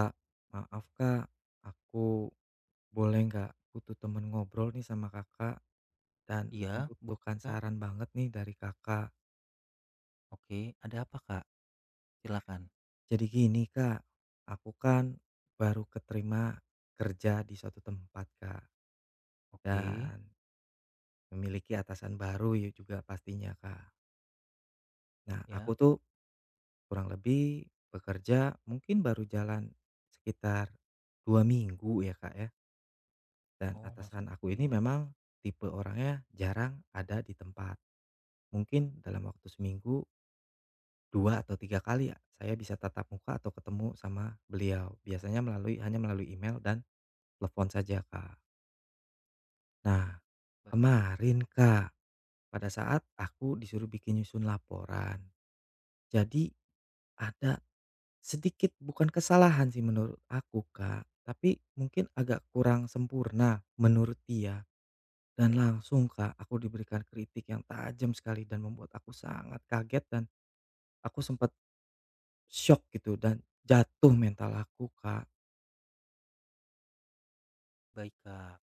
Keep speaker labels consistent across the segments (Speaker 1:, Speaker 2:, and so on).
Speaker 1: Kak, maaf Kak, aku boleh nggak butuh temen ngobrol nih sama Kakak dan
Speaker 2: Iya, boleh
Speaker 1: membutuhkan
Speaker 2: Kak.
Speaker 1: saran banget nih dari Kakak.
Speaker 2: Oke, ada apa Kak? Silakan.
Speaker 1: Jadi gini Kak, aku kan baru keterima kerja di suatu tempat Kak
Speaker 2: Oke,
Speaker 1: dan memiliki atasan baru ya juga pastinya Kak. Nah aku
Speaker 2: ya.
Speaker 1: tuh kurang lebih bekerja mungkin baru jalan sekitar dua minggu ya Kak ya. Dan
Speaker 2: Oh, masih
Speaker 1: atasan aku
Speaker 2: perlu
Speaker 1: ini
Speaker 2: ya.
Speaker 1: memang tipe orangnya jarang ada di tempat. Mungkin dalam waktu seminggu 2 atau 3 kali ya, saya bisa tatap muka atau ketemu sama beliau, biasanya melalui hanya melalui email dan telepon saja, Kak. Nah,
Speaker 2: Baik,
Speaker 1: kemarin, Kak, pada saat aku disuruh bikin nyusun laporan, jadi ada sedikit bukan kesalahan sih menurut aku, Kak, tapi mungkin agak kurang sempurna menurut dia dan langsung, Kak, aku diberikan kritik yang tajam sekali dan membuat aku sangat kaget dan aku sempat syok gitu dan jatuh mental aku, Kak.
Speaker 2: baik Kak.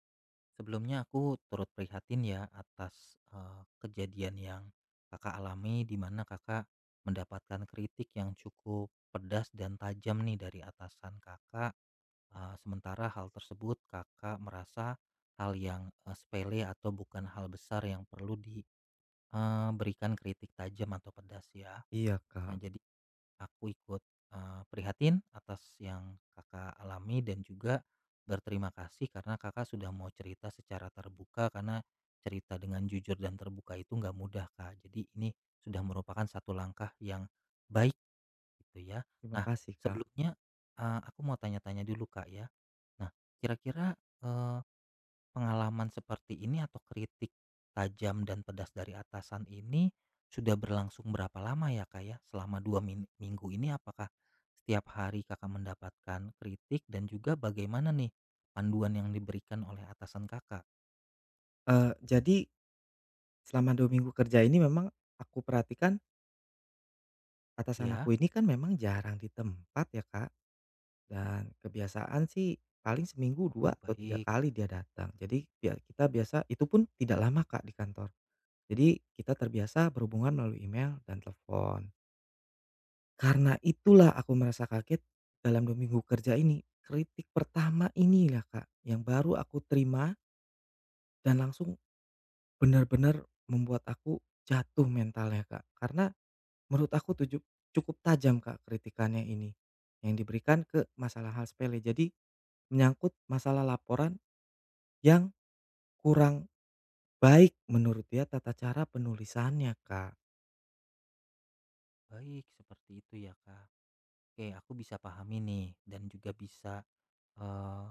Speaker 2: Sebelumnya aku turut prihatin ya atas kejadian yang Kakak alami di mana Kakak mendapatkan kritik yang cukup pedas dan tajam nih dari atasan Kakak. Sementara hal tersebut Kakak merasa hal yang sepele atau bukan hal besar yang perlu diberikan kritik tajam atau pedas ya.
Speaker 1: Iya,
Speaker 2: Nah,
Speaker 1: Kak.
Speaker 2: jadi Aku ikut prihatin atas yang Kakak alami dan juga berterima kasih karena Kakak sudah mau cerita secara terbuka, karena cerita dengan jujur dan terbuka itu nggak mudah, Kak. Jadi ini sudah merupakan satu langkah yang baik gitu ya.
Speaker 1: Terima
Speaker 2: Nah
Speaker 1: kasih, Kak.
Speaker 2: sebelumnya, aku mau tanya-tanya dulu, Kak, ya. Nah kira-kira, pengalaman seperti ini atau kritik tajam dan pedas dari atasan ini sudah berlangsung berapa lama ya kak ya? Selama dua minggu ini apakah setiap hari kakak mendapatkan kritik, dan juga bagaimana nih panduan yang diberikan oleh atasan kakak?
Speaker 1: Jadi selama 2 minggu kerja ini memang aku perhatikan atasan aku
Speaker 2: Ya,
Speaker 1: ini kan memang jarang di tempat ya, Kak, dan kebiasaan sih paling seminggu dua
Speaker 2: oh
Speaker 1: atau 3
Speaker 2: baik,
Speaker 1: kali dia datang. Jadi ya kita biasa itu pun tidak lama, Kak, di kantor. Jadi kita terbiasa berhubungan melalui email dan telepon. Karena itulah aku merasa kaget dalam 2 minggu kerja ini. Kritik pertama inilah, Kak, yang baru aku terima. Dan langsung benar-benar membuat aku jatuh mentalnya, Kak. Karena menurut aku tuju cukup tajam, Kak, kritikannya ini, yang diberikan ke masalah hal sepele. Jadi menyangkut masalah laporan yang kurang baik menurut dia tata cara penulisannya, Kak.
Speaker 2: baik seperti itu ya kak. Oke, aku bisa pahami nih, dan juga bisa eh,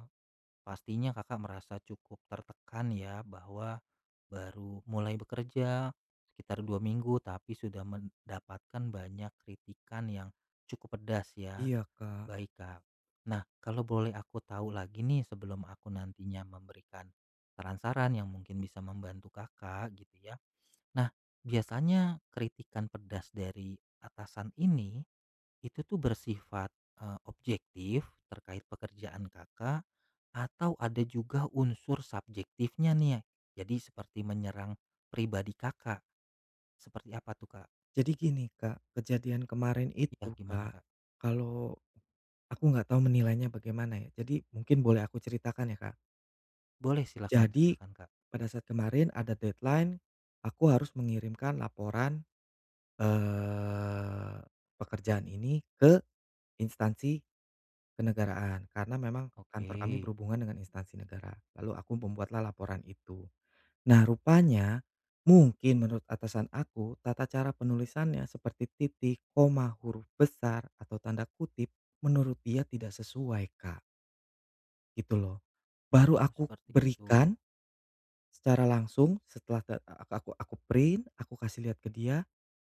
Speaker 2: pastinya kakak merasa cukup tertekan ya, bahwa baru mulai bekerja sekitar 2 minggu, tapi sudah mendapatkan banyak kritikan yang cukup pedas ya.
Speaker 1: Iya, Kak.
Speaker 2: Baik, Kak. Nah, kalau boleh aku tahu lagi nih sebelum aku nantinya memberikan saran-saran yang mungkin bisa membantu Kakak gitu ya. Nah, biasanya kritikan pedas dari atasan ini itu tuh bersifat, eee, objektif terkait pekerjaan Kakak, atau ada juga unsur subjektifnya nih? Ya? Jadi seperti menyerang pribadi Kakak, seperti apa tuh, Kak?
Speaker 1: Jadi gini, Kak, kejadian kemarin
Speaker 2: Ya
Speaker 1: itu,
Speaker 2: gimana,
Speaker 1: Kak,
Speaker 2: Kak?
Speaker 1: kalau aku nggak tahu menilainya bagaimana ya, jadi mungkin boleh aku ceritakan ya, Kak?
Speaker 2: Boleh silakan
Speaker 1: Jadi,
Speaker 2: silakan, Kak.
Speaker 1: pada saat kemarin ada deadline, aku harus mengirimkan laporan, eee, pekerjaan ini ke instansi kenegaraan, karena memang
Speaker 2: Oke.
Speaker 1: kantor kami berhubungan dengan instansi negara. Lalu aku membuatlah laporan itu. Nah, rupanya mungkin menurut atasan aku, tata cara penulisannya seperti titik, koma, huruf besar, atau tanda kutip, menurut dia tidak sesuai, Kak, gitu loh. Baru
Speaker 2: Oh,
Speaker 1: aku
Speaker 2: seperti itu.
Speaker 1: berikan secara langsung. Setelah te ak aku print, aku kasih lihat ke dia,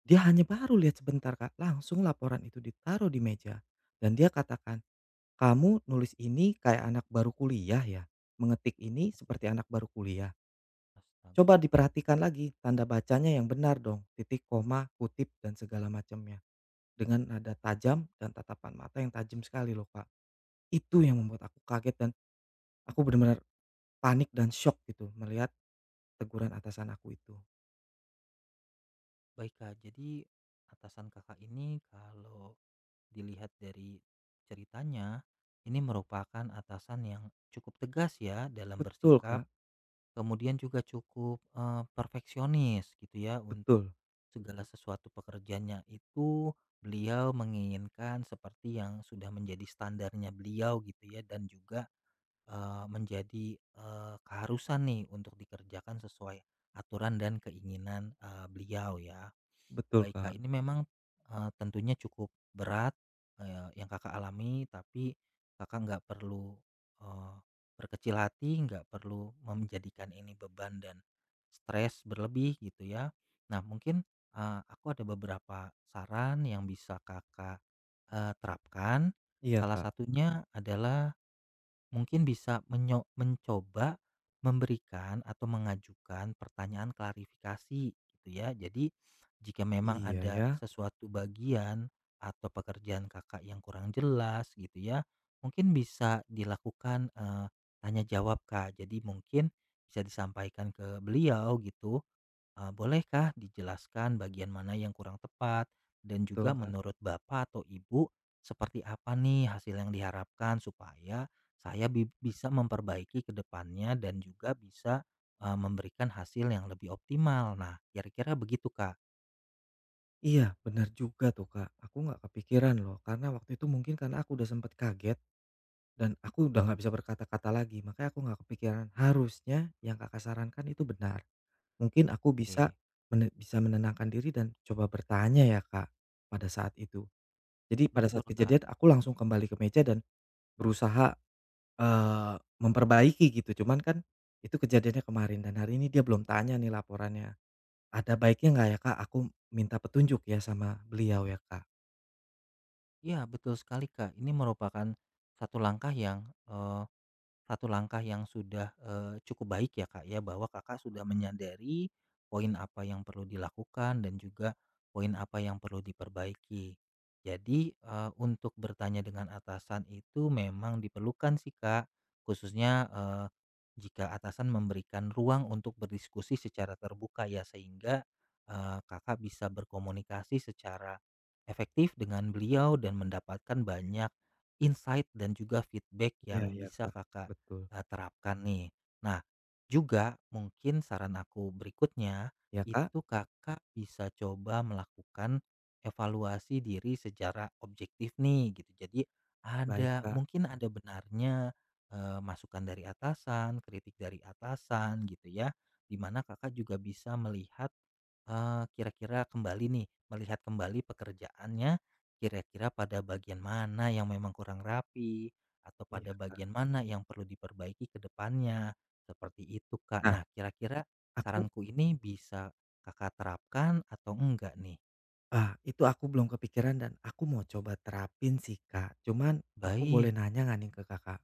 Speaker 1: dia hanya baru lihat sebentar Kak, langsung laporan itu ditaruh di meja dan dia katakan, "Kamu nulis ini kayak anak baru kuliah ya? Mengetik ini seperti
Speaker 2: Waduh,
Speaker 1: anak baru kuliah. Coba
Speaker 2: astaga.
Speaker 1: diperhatikan lagi tanda bacanya yang benar dong, titik, koma, kutip dan segala macamnya." Dengan nada tajam dan tatapan mata yang tajam sekali loh Kak. Itu yang membuat aku kaget dan aku benar-benar panik dan shock gitu melihat teguran atasan aku itu.
Speaker 2: Baik, Kak, jadi atasan Kakak ini kalau dilihat dari ceritanya, ini merupakan atasan yang cukup tegas ya dalam
Speaker 1: Betul
Speaker 2: bersikap.
Speaker 1: Kak.
Speaker 2: Kemudian juga cukup, perfeksionis gitu ya untuk
Speaker 1: Betul
Speaker 2: segala sesuatu pekerjaannya itu beliau menginginkan seperti yang sudah menjadi standarnya beliau gitu ya, dan juga, eee, menjadi, keharusan nih untuk dikerjakan sesuai aturan dan keinginan, beliau ya.
Speaker 1: betul,
Speaker 2: Baik Kak,
Speaker 1: Kak.
Speaker 2: ini memang, tentunya cukup berat, yang Kakak alami, tapi Kakak nggak perlu, eee, berkecil hati, nggak perlu menjadikan ini beban dan stres berlebih gitu ya. Nah mungkin, aku ada beberapa saran yang bisa Kakak, terapkan.
Speaker 1: Iya,
Speaker 2: Salah
Speaker 1: Kak.
Speaker 2: satunya adalah mungkin bisa mencoba memberikan atau mengajukan pertanyaan klarifikasi gitu ya. Jadi jika memang
Speaker 1: Iya
Speaker 2: ada
Speaker 1: ya,
Speaker 2: sesuatu bagian atau pekerjaan Kakak yang kurang jelas gitu ya, mungkin bisa dilakukan, tanya jawab, Kak. Jadi mungkin bisa disampaikan ke beliau gitu. Bolehkah dijelaskan bagian mana yang kurang tepat? Dan juga
Speaker 1: betul, Kak.
Speaker 2: menurut Bapak atau Ibu, seperti apa nih hasil yang diharapkan supaya saya bisa memperbaiki ke depannya, dan juga bisa, memberikan hasil yang lebih optimal. Nah, kira-kira begitu, Kak.
Speaker 1: Iya, benar juga tuh, Kak. Aku nggak kepikiran loh, karena waktu itu mungkin karena aku udah sempet kaget dan aku udah nggak bisa berkata-kata lagi, makanya aku nggak kepikiran. Harusnya yang Kakak sarankan itu benar. Mungkin aku bisa
Speaker 2: Oke,
Speaker 1: bisa menenangkan diri dan coba bertanya ya, Kak, pada saat itu. Jadi pada
Speaker 2: betul,
Speaker 1: saat
Speaker 2: Kak.
Speaker 1: kejadian aku langsung kembali ke meja dan berusaha, eee, memperbaiki gitu. Cuman kan itu kejadiannya kemarin dan hari ini dia belum tanya nih laporannya. Ada baiknya nggak ya, Kak, aku minta petunjuk ya sama beliau ya, Kak?
Speaker 2: Iya, betul sekali, Kak. Ini merupakan satu langkah yang, satu langkah yang sudah, cukup baik ya, Kak, ya, bahwa Kakak sudah menyadari poin apa yang perlu dilakukan dan juga poin apa yang perlu diperbaiki. Jadi, untuk bertanya dengan atasan itu memang diperlukan sih, Kak, khususnya, jika atasan memberikan ruang untuk berdiskusi secara terbuka ya, sehingga, Kakak bisa berkomunikasi secara efektif dengan beliau dan mendapatkan banyak insight dan juga feedback
Speaker 1: Iya
Speaker 2: yang
Speaker 1: iya,
Speaker 2: bisa
Speaker 1: Kak.
Speaker 2: Kakak
Speaker 1: Betul.
Speaker 2: terapkan nih. Nah, juga mungkin saran aku berikutnya,
Speaker 1: Ya, Kak?
Speaker 2: itu Kakak bisa coba melakukan evaluasi diri secara objektif nih gitu. Jadi
Speaker 1: Baik,
Speaker 2: ada
Speaker 1: Kak.
Speaker 2: mungkin ada benarnya, masukan dari atasan, kritik dari atasan gitu ya, dimana Kakak juga bisa melihat. Kira-kira kembali nih, melihat kembali pekerjaannya, kira-kira pada bagian mana yang memang kurang rapi, atau pada
Speaker 1: Iya, Kak.
Speaker 2: bagian mana yang perlu diperbaiki ke depannya, seperti itu, Kak.
Speaker 1: Nah,
Speaker 2: Nah, kira-kira
Speaker 1: aku
Speaker 2: saranku ini bisa Kakak terapkan atau enggak nih?
Speaker 1: itu aku belum kepikiran dan aku mau coba terapin sih, Kak. Cuman aku boleh
Speaker 2: Baik,
Speaker 1: nanya nggak nih ke Kakak?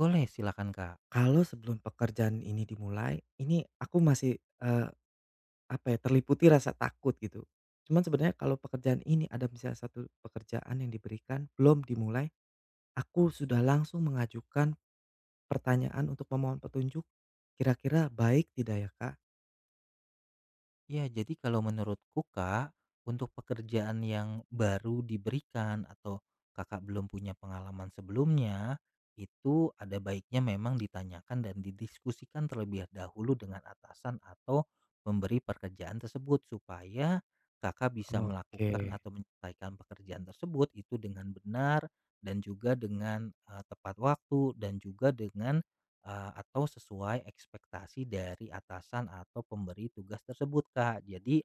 Speaker 2: boleh silakan, Kak.
Speaker 1: Kalau sebelum pekerjaan ini dimulai, ini aku masih, eee, apa ya, terliputi rasa takut gitu. Cuman sebenarnya kalau pekerjaan ini ada misalnya satu pekerjaan yang diberikan belum dimulai, aku sudah langsung mengajukan pertanyaan untuk memohon petunjuk, kira-kira baik tidak ya, Kak?
Speaker 2: Ya, jadi kalau menurutku, Kak, untuk pekerjaan yang baru diberikan atau Kakak belum punya pengalaman sebelumnya, itu ada baiknya memang ditanyakan dan didiskusikan terlebih dahulu dengan atasan atau pemberi pekerjaan tersebut, supaya Kakak bisa
Speaker 1: Oke.
Speaker 2: melakukan atau menyelesaikan pekerjaan tersebut itu dengan benar dan juga dengan tepat waktu, dan juga dengan atau sesuai ekspektasi dari atasan atau pemberi tugas tersebut, Kak. Jadi,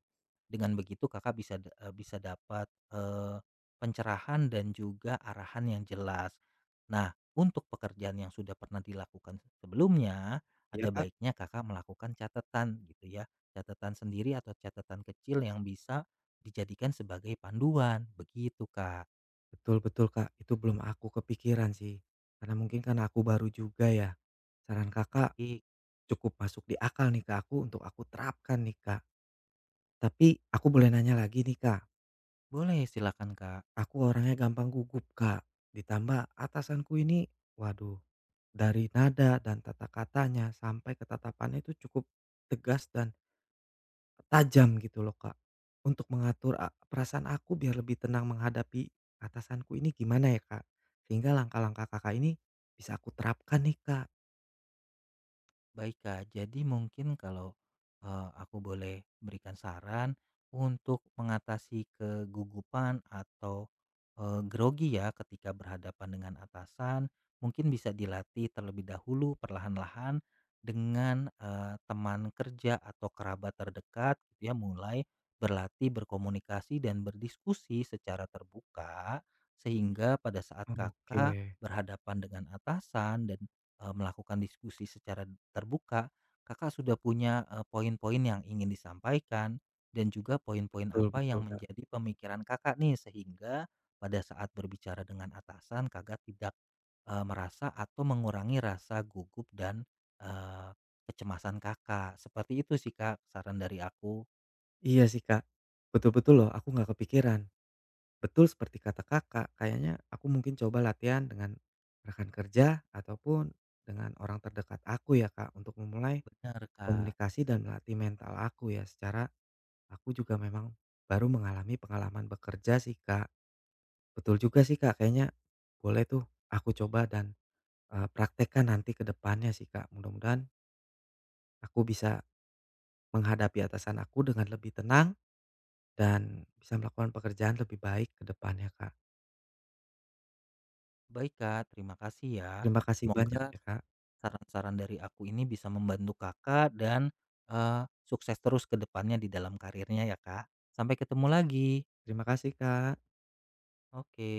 Speaker 2: dengan begitu Kakak bisa bisa dapat, eee, pencerahan dan juga arahan yang jelas. Nah, untuk pekerjaan yang sudah pernah dilakukan sebelumnya,
Speaker 1: Iya,
Speaker 2: ada
Speaker 1: Kak,
Speaker 2: baiknya Kakak melakukan catatan gitu ya, catatan sendiri atau catatan kecil yang bisa dijadikan sebagai panduan, begitu, Kak.
Speaker 1: betul betul, Kak, itu belum aku kepikiran sih, karena mungkin karena aku baru juga ya. Saran Kakak
Speaker 2: I
Speaker 1: cukup masuk di akal nih kak aku untuk aku terapkan nih, Kak. Tapi aku boleh nanya lagi nih, Kak,
Speaker 2: Boleh silakan, Kak.
Speaker 1: aku orangnya gampang gugup, Kak, ditambah atasanku ini waduh dari nada dan tata katanya sampai ke tatapannya itu cukup tegas dan tajam gitu loh, Kak, untuk mengatur perasaan aku biar lebih tenang menghadapi atasanku ini gimana ya, Kak? Sehingga langkah-langkah Kakak ini bisa aku terapkan nih, Kak.
Speaker 2: Baik Kak, jadi mungkin kalau, aku boleh berikan saran untuk mengatasi kegugupan atau, grogi ya ketika berhadapan dengan atasan, mungkin bisa dilatih terlebih dahulu perlahan-lahan dengan, teman kerja atau kerabat terdekat gitu ya, mulai berlatih berkomunikasi dan berdiskusi secara terbuka, sehingga pada saat
Speaker 1: Oke,
Speaker 2: Kakak berhadapan dengan atasan dan melakukan diskusi secara terbuka, Kakak sudah punya, poin-poin yang ingin disampaikan dan juga poin-poin
Speaker 1: betul
Speaker 2: apa
Speaker 1: betul,
Speaker 2: yang
Speaker 1: Kak.
Speaker 2: menjadi pemikiran Kakak nih, sehingga pada saat berbicara dengan atasan Kakak tidak, merasa atau mengurangi rasa gugup dan, eee, kecemasan Kakak. Seperti itu sih Kak saran dari aku.
Speaker 1: Iya sih, Kak. Betul-betul loh aku nggak kepikiran. Betul seperti kata Kakak, kayaknya aku mungkin coba latihan dengan rekan kerja ataupun dengan orang terdekat aku ya, Kak, untuk memulai
Speaker 2: Benar, Kak.
Speaker 1: komunikasi dan melatih mental aku ya, secara aku juga memang baru mengalami pengalaman bekerja sih, Kak. Betul juga sih, Kak, kayaknya boleh tuh aku coba dan, praktekkan nanti ke depannya sih, Kak. Mudah-mudahan aku bisa menghadapi atasan aku dengan lebih tenang dan bisa melakukan pekerjaan lebih baik ke depannya, Kak.
Speaker 2: Baik Kak, terima kasih ya.
Speaker 1: Terima kasih banyak
Speaker 2: Semoga
Speaker 1: ya, Kak.
Speaker 2: saran-saran dari aku ini bisa membantu Kakak dan sukses terus ke depannya di dalam karirnya ya Kak. Sampai ketemu lagi.
Speaker 1: Terima kasih, Kak.
Speaker 2: Oke.